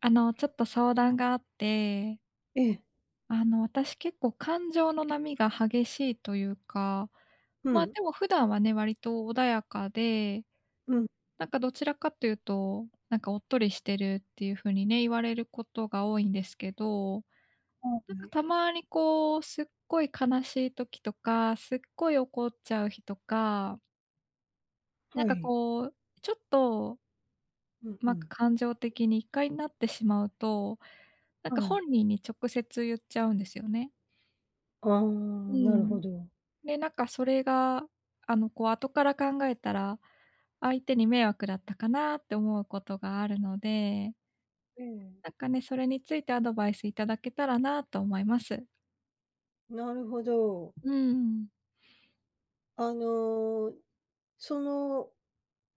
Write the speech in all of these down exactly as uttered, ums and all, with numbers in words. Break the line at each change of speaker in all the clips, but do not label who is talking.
あの、ちょっと相談があって、
ええ、
あの、私結構感情の波が激しいというか、
う
まあ、
ん、
でも普段はね、割と穏やかで、
うん、
なんかどちらかというと、なんかおっとりしてるっていう風にね、言われることが多いんですけど、
は
なんか
い。
たまにこう、すっごい悲しい時とか、すっごい怒っちゃう日とか、なん
は
か
い。
こう、ちょっと
うんう
ま、
ん。
感情的に一回なってしまうと、なん
は
か
い。
本人に直接言っちゃうんですよね。
ああ、
う
なるほ
ん。
ど。
で、なんかそれが、あの、こう後から考えたら、相手に迷惑だったかなって思うことがあるので、
ええ。
なんかね、それについてアドバイスいただけたらなと思います。
なるほど。
うん。
あの、その、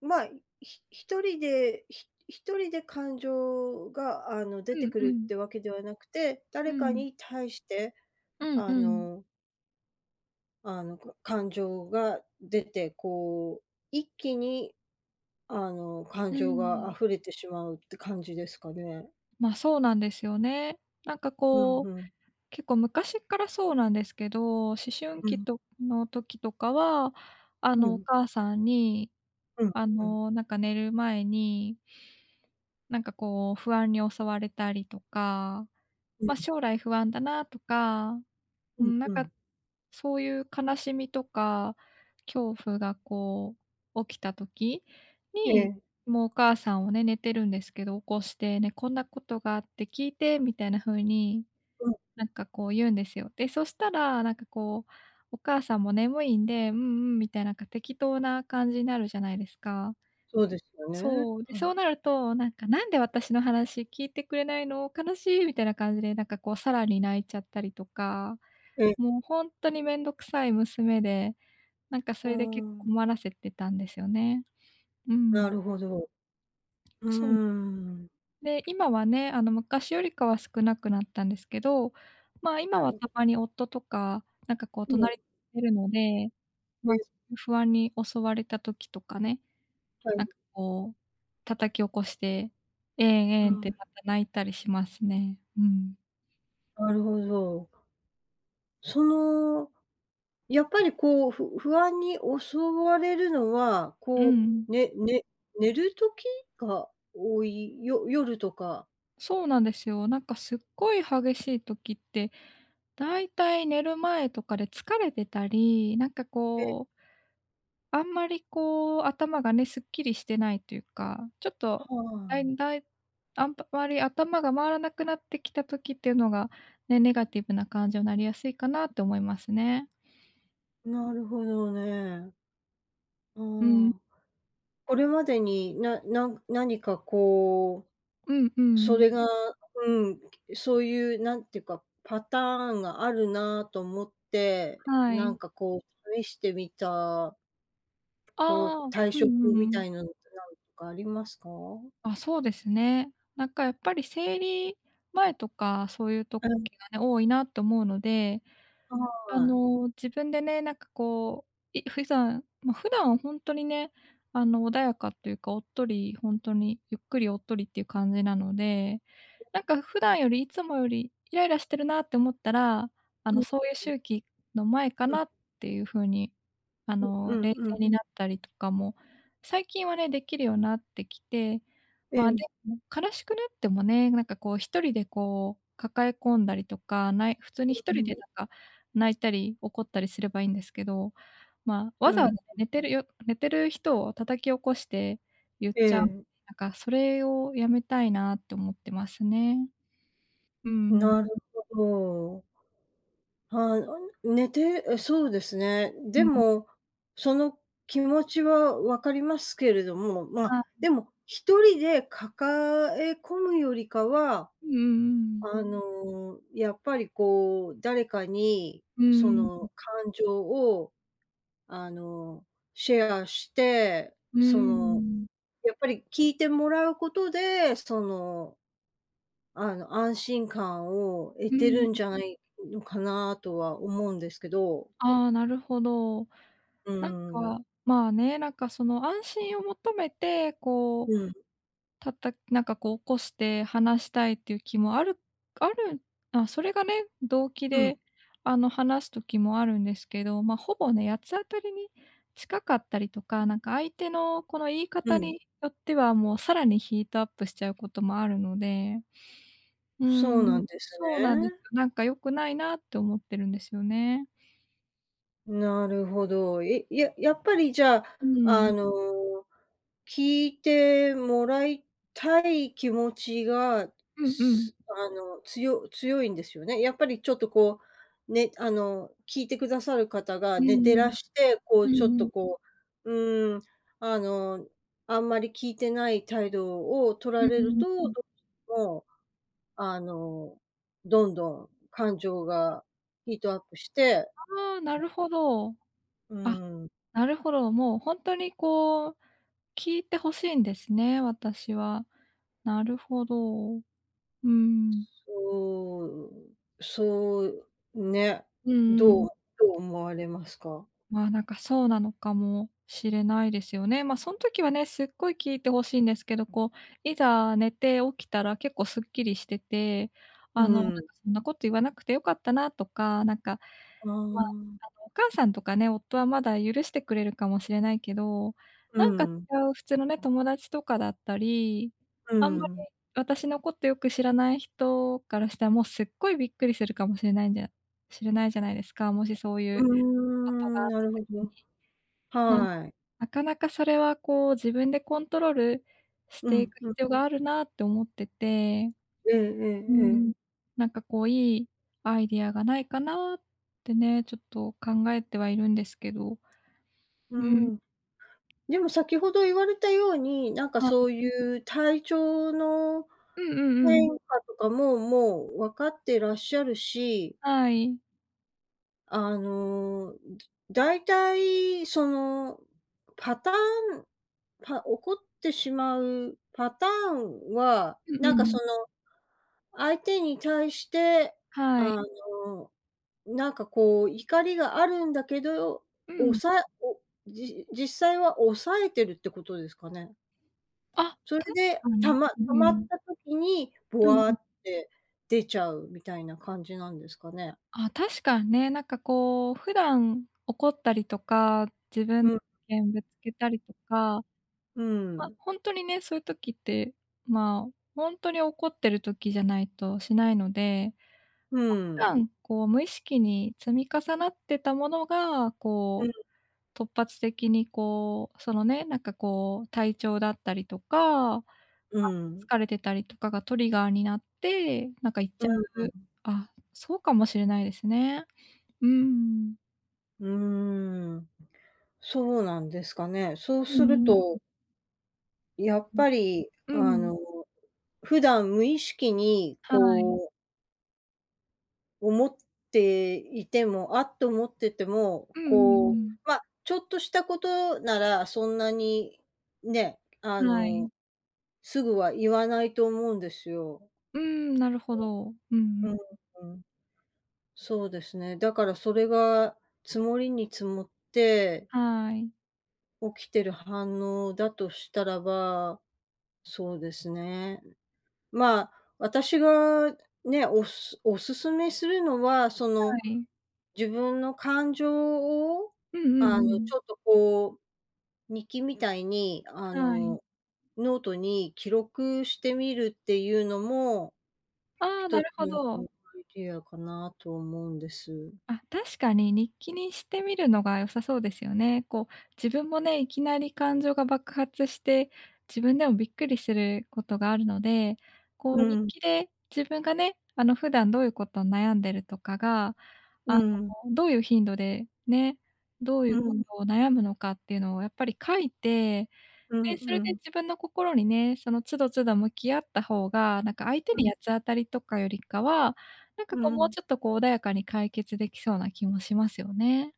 まあ、ひ一人で、ひ一人で感情が、あの、出
う
て
ん
く
う
るっ
ん。
てわけではなくて、
う
誰か
ん。
に対して、
うん
あ
うん。
のあの、か感情が出て、こう、一気に、あの、感
う
情が
ん。
溢れてしまうって感じですかね？
ま、そうなんですよね。なんか
うん、
こ
う
う
ん、
結構昔からそうなんですけど、思春
う
期
ん、
との時とかは、あ
う
の、お
ん。
母さんに、
うん、
あ
うん、
の、なんか寝る前に、なんかこう不安に襲われたりとか、
うん、
ま、将来不安だなとか、
う
う
ん、
ん、なん
う
か、
ん。
そういう悲しみとか、恐怖がこう起きた時
え
に、
え、
もうお母さんをね、寝てるんですけど、起こしてね、こんなことがあって聞いてみたいな風に
うん、
なんかこう言うんですよ。で、そしたら、なんかこう、お母さんも眠いんで、うんうん、みたいな、なんか適当な感じになるじゃないですか。
そうですよね。
そう。で、
は
そ
い。
うなると、なんか「なんで私の話聞いてくれないの？悲しい」みたいな感じで、なんかこうさらに泣いちゃったりとか、
ええ、
もう本当にめんどくさい娘で、なんかそ
ああ、
れで結構困らせてたんですよね。う
な
ん。
るほど。うー
そう。
ん。
で、今はね、あの、昔よりかは少なくなったんですけど、まあ、今
は
は
い。
たまに夫とか、なんかこう
うん、え、
隣にいるので、まあ、そういう不安に襲われた時とかね、
はい。
なんかこう、叩き起こして、えん
は
えんって
い。
また泣いたりしますね。うん。
なるほど。その、やっぱりこう、ふ不安に襲われるのは、
う
こ
ん。
う、ねね寝る時が多い、よ夜とか。
そうなんですよ。なんかすっごい激しい時って、だいたい寝る前とかで疲れてたり、なんか
ええ、
こうあんまりこう、頭がね、すっきりしてないというか、ちょっと、だ
は
いだいあんぱまり頭が回らなくなってきた時っていうのが、ね、ネガティブな感情になりやすいかなって思いますね。
い。なるほどね。あ
うん。
あ。これまでに、ななん何かこ
うんう
うそ
ん。
れがうん、そういうなんていうか、パターンがあるなと思って、
は
なん
い。
かこう試してみた
あ
方法
あ、うん
対
う
処法
ん
み
う
た
ん。
いなのってなんとかありますか？
あ、そうですね。なんかやっぱり生理前とか、そういう時
うん、
がね、多いなと思うので
は
あ
い。
の、自分でね、なんかこう、い普段まあ、普段は本当にね、あの、穏やかっていうか、おっとり本当に、ゆっくりおっとりっていう感じなので、なんか普段よりいつもよりイライラしてるなって思ったら、あ
うん
の、そういう
うん、
周期の前か
う
なっていう風に、あ
ん、う
の、
ん
冷
う
静
ん。
になったりとかも、最近はね、できるようになってきて、
ええ、
まあ、
うん
でも悲しくなってもね、なんかこう一人でこう抱え込んだりとか、ない普通に一
う
人
ん。
でなんか泣いたり怒ったりすればいいんですけど、まあ、
う
わざ
ん、
わざ寝てるよ寝てる人を叩き起こして言っ
え
ちゃう、
え、
なんかそれをやめたいなって思ってますね。うん。
なるほど。はい、寝てえ、そうですね。で
うん。
も、その気持ちはわかりますけれども、まあ、
あ、
でも一人で抱え込むよりかは、
うんうんうん。
あの、やっぱりこう、誰かに
う
そ
ん。
の感情を、あの、シェアして、
う
その、
ん。
やっぱり聞いてもらうことで、その、あの、安心感を得
う
てる
ん。
んじゃないのかなとは思うんですけど。
ああ、なるほど。
う
なん
ーん。
か、まあね、なんかその安心を求めて、こう
うん、
たたなんかこう起こして話したいっていう気もあるあるあ、それがね、動機
うん、
で、あの、話す時もあるんですけど、ま、ほぼね、八つ当たりに近かったりとか、なんか相手のこの言い
う
方
ん。
によっては、もうさらにヒートアップしちゃうこともあるので、うー
そうな
ん、
んです
そうなんですよ。
ね。
なんか良くないなって思ってるんですよね。
なるほど。え、ややっぱりじゃあ、
う
あ
ん。
の、聞いてもらいたい気持ちが、
うんうん。
すあの、つよ強いんですよね。やっぱりちょっとこう、ね、あの、聞いてくださる方が
う
寝てら
ん
して、こう
うん。う
ちょっ
ん
と
うん。
こう、うーん、あの、あんまり聞いてない態度を取
う
ら
ん
れ
う
る
ん
と、どう
う
し
ん。
てもあの、どんどん感情がヒートアップして。
ああ、なるほど。
う
あ、
ん。
なるほど、もう本当にこう、聞いてほしいんですね、私は。なるほど。うん。
そう、そう、ね、
うんう
どう
ん。
どう思われますか？
まあ、なんかそうなのかもしれないですよね。ま、その時はね、すっごい聞いてほしいんですけど、こう、いざ寝て起きたら結構すっきりしてて、
う
あの、なん
ん。
かそんなこと言わなくてよかったなとか、なんか
あ
あ
あ。
の、お母さんとかね、夫はまだ許してくれるかもしれないけど、
う
なんか違
ん、
う普通のね、友達とかだったり、
う
あんまり
ん。
私のことよく知らない人からしたら、もうすっごいびっくりするかもしれないんじゃしれないじゃないですか、もしそうい
う
う
ー
ことが
ん、
あっ
な
た
るほど。
時に。なん
はい。
なかなかそれはこう、自分でコントロールし
う
てい
ん、
く
う
必
ん。
要があるなって思ってて、
えええ
う
ええ
ん、
え。
なんかこう、いいアイディアがないかなってね、ちょっと考えてはいるんですけど。
う
うん、
ん。でも先ほど言われたように、なんか
は
そ
い。
ういう体調の
うんうんうん。
変化とかも、もう分かってらっしゃるし、
はい。
あの、だいたいその、パターンパ起こってしまうパターンは、
うん
なん
う
かそ
ん。
の、相手に対して、
はい。
あの、なんかこう怒りがあるんだけど、
う
お
ん。
さおじ実際は抑えてるってことですかね？
あ、
それ
確
で、
か
た
に。
ま
う
溜
んう
まった
ん。
時に、ボ
うん
ワ
うん。
って出ちゃうみたいな感じなんですかね？
あ、確かにね、なんかこう、普段怒ったりとか、自分
う
意
ん、
見ぶつけたりとか、
う
ま、
ん、
ほんとにね、そういう時って、まあ、ほんとに怒ってる時じゃないとしないので、
う
普
ん、
段こう無意識に積み重なってたものが、
う
こ
ん、
う、突発的にこう、そのね、なんかこう、体調だったりとかあ、
うん。
疲れてたりとかがトリガーになって、なんか行っ
う
ちゃ
ん、
うあ、そうかもしれないですね。うーん。
うーん、そうなんですかね。そう
う
する
んうん
と、やっ
うん。
ぱり
う
あ
ん。
の、普段無意識に
はい。
こう思っていても、あっと思ってても、
うんう
こ
ん
う、まあ、ちょっとしたことならそんなにね、あ
うん。はい。
の、すぐは言わないと思うんですよ。
うーん、なるほど。うんう
う
ん。
ん、うん。そうですね。だからそれが積もりに積もって
はい。
起きてる反応だとしたらば、そうですね。まあ、私がね、おすお勧めするのは、そ
は
の、
い。
自分の感情を、
うんう
あの、
んうん。
ちょっとこう、日記みたいに、あ
はい。
の、ノートに記録してみるっていうのも、
ああ、な
一つ
るほ
の
ど。
アイディアかなと思うんです。
あ、確かに日記にしてみるのが良さそうですよね。こう、自分もね、いきなり感情が爆発して、自分でもびっくりすることがあるので、こ
う
う日
ん、
記で自分がね、あの普段どういうことを悩んでるとかが、
う
あ
ん、
のどういう頻度でね、どうい
う
うこ
ん、
とを悩むのかっていうのをやっぱり書いて
うん
で、それ
う
で
ん、
自分の心にね、その都度都度向き合った方が、なんか相手
うん、
に八つ当たりとかよりかは、なんか
う
こうもう
ん。
ちょっとこう穏やかに解決できそうな気もしますよね。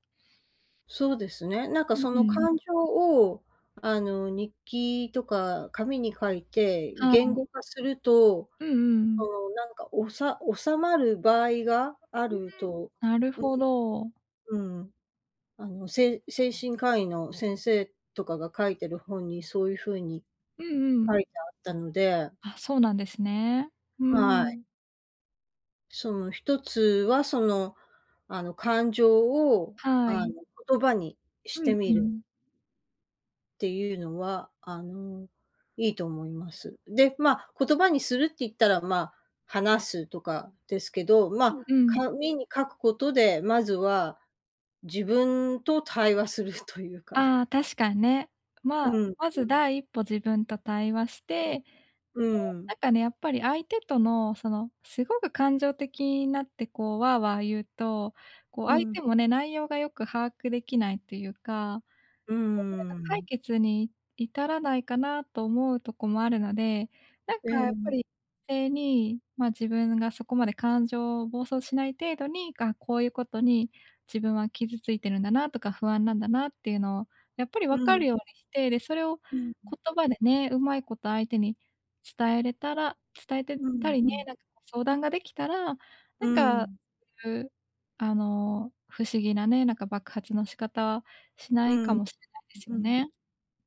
そうですね。なんか
う
その
ん。
感情を、あの、日記とか紙に書いて
は
言
い。
語化すると、
うんうんう
そ
ん。
の、なんか、おさ収まる場合があると、
なるほど。
うんうん、あの、せい精神科医の先生とかが書いてる本にそういう風に
うんうん。
書いてあったので、
あ、そうなんですね。う
は
ん。
い。
ん。
その一つはその、あの、感情を、
は
あの、
い。
言葉にし
う
て
ん
み
う
る
ん。
っていうのは、あの、いいと思います。で、まあ、言葉にするって言ったら、まあ、話すとかですけど、ま
う
あ、
んうん。
紙に書くことで、まずは自分と対話するというか。
ああ、確かにね。まあ、
うん、
まず第一歩自分と対話して
う
な
ん、
んかね、やっぱり相手とのその、すごく感情的になってこう、わあわあ言うと、こう
う
相
ん、
手もね、内容がよく把握できないというか、
う
ほんとなんか解
ん。
決に至らないかなと思うとこもあるので、なん
え
かやっぱ
え、
り冷静に、ま、自分がそこまで感情を暴走しない程度に、あ、こういうことに自分は傷ついてるんだなとか不安なんだなっていうのをやっぱり
う
分か
ん、
るようにして、で、それを
うん、
言葉でね、うまいこと相手に伝えれたら伝えて
う
た
ん、
り
う
ね、
ん。
なんか相談ができたら、な
う
んか
ん、
く、あの、不思議なね、なんか爆発の仕方はしな
う
いか
ん、
もしれないです
う
よ
ん。
ね。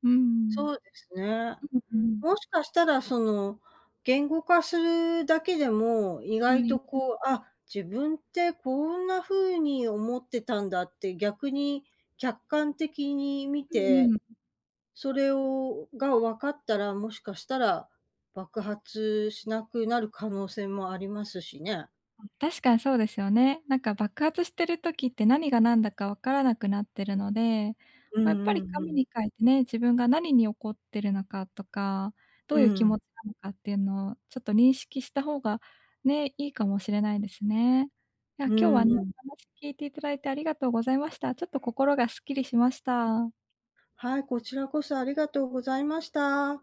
うん。
そうですね。
うんうん。
もしかしたらその、言語化するだけでも、意
うん。
外
は
と
い。
こう、あ、自分ってこんな風に思ってたんだって逆に客観的に見
う
て、
ん。
それをが分かったら、もしかしたら爆発しなくなる可能性もありますしね。
確かにそうですよね。なんか爆発してる時って何が何だかわからなくなってるので、
うん
ま、やっぱり
うんう
紙
ん。
に書いてね、自分が何に怒ってるのかとか、ど
う
ういう気
ん。
持ちなのかっていうのをちょっと認識した方がね、いいかもしれないですね。いや、
う
今日
ん
はね、
うん。
お話聞いていただいてありがとうございました。ちょっと心がすっきりしました。
はい、こちらこそありがとうございました。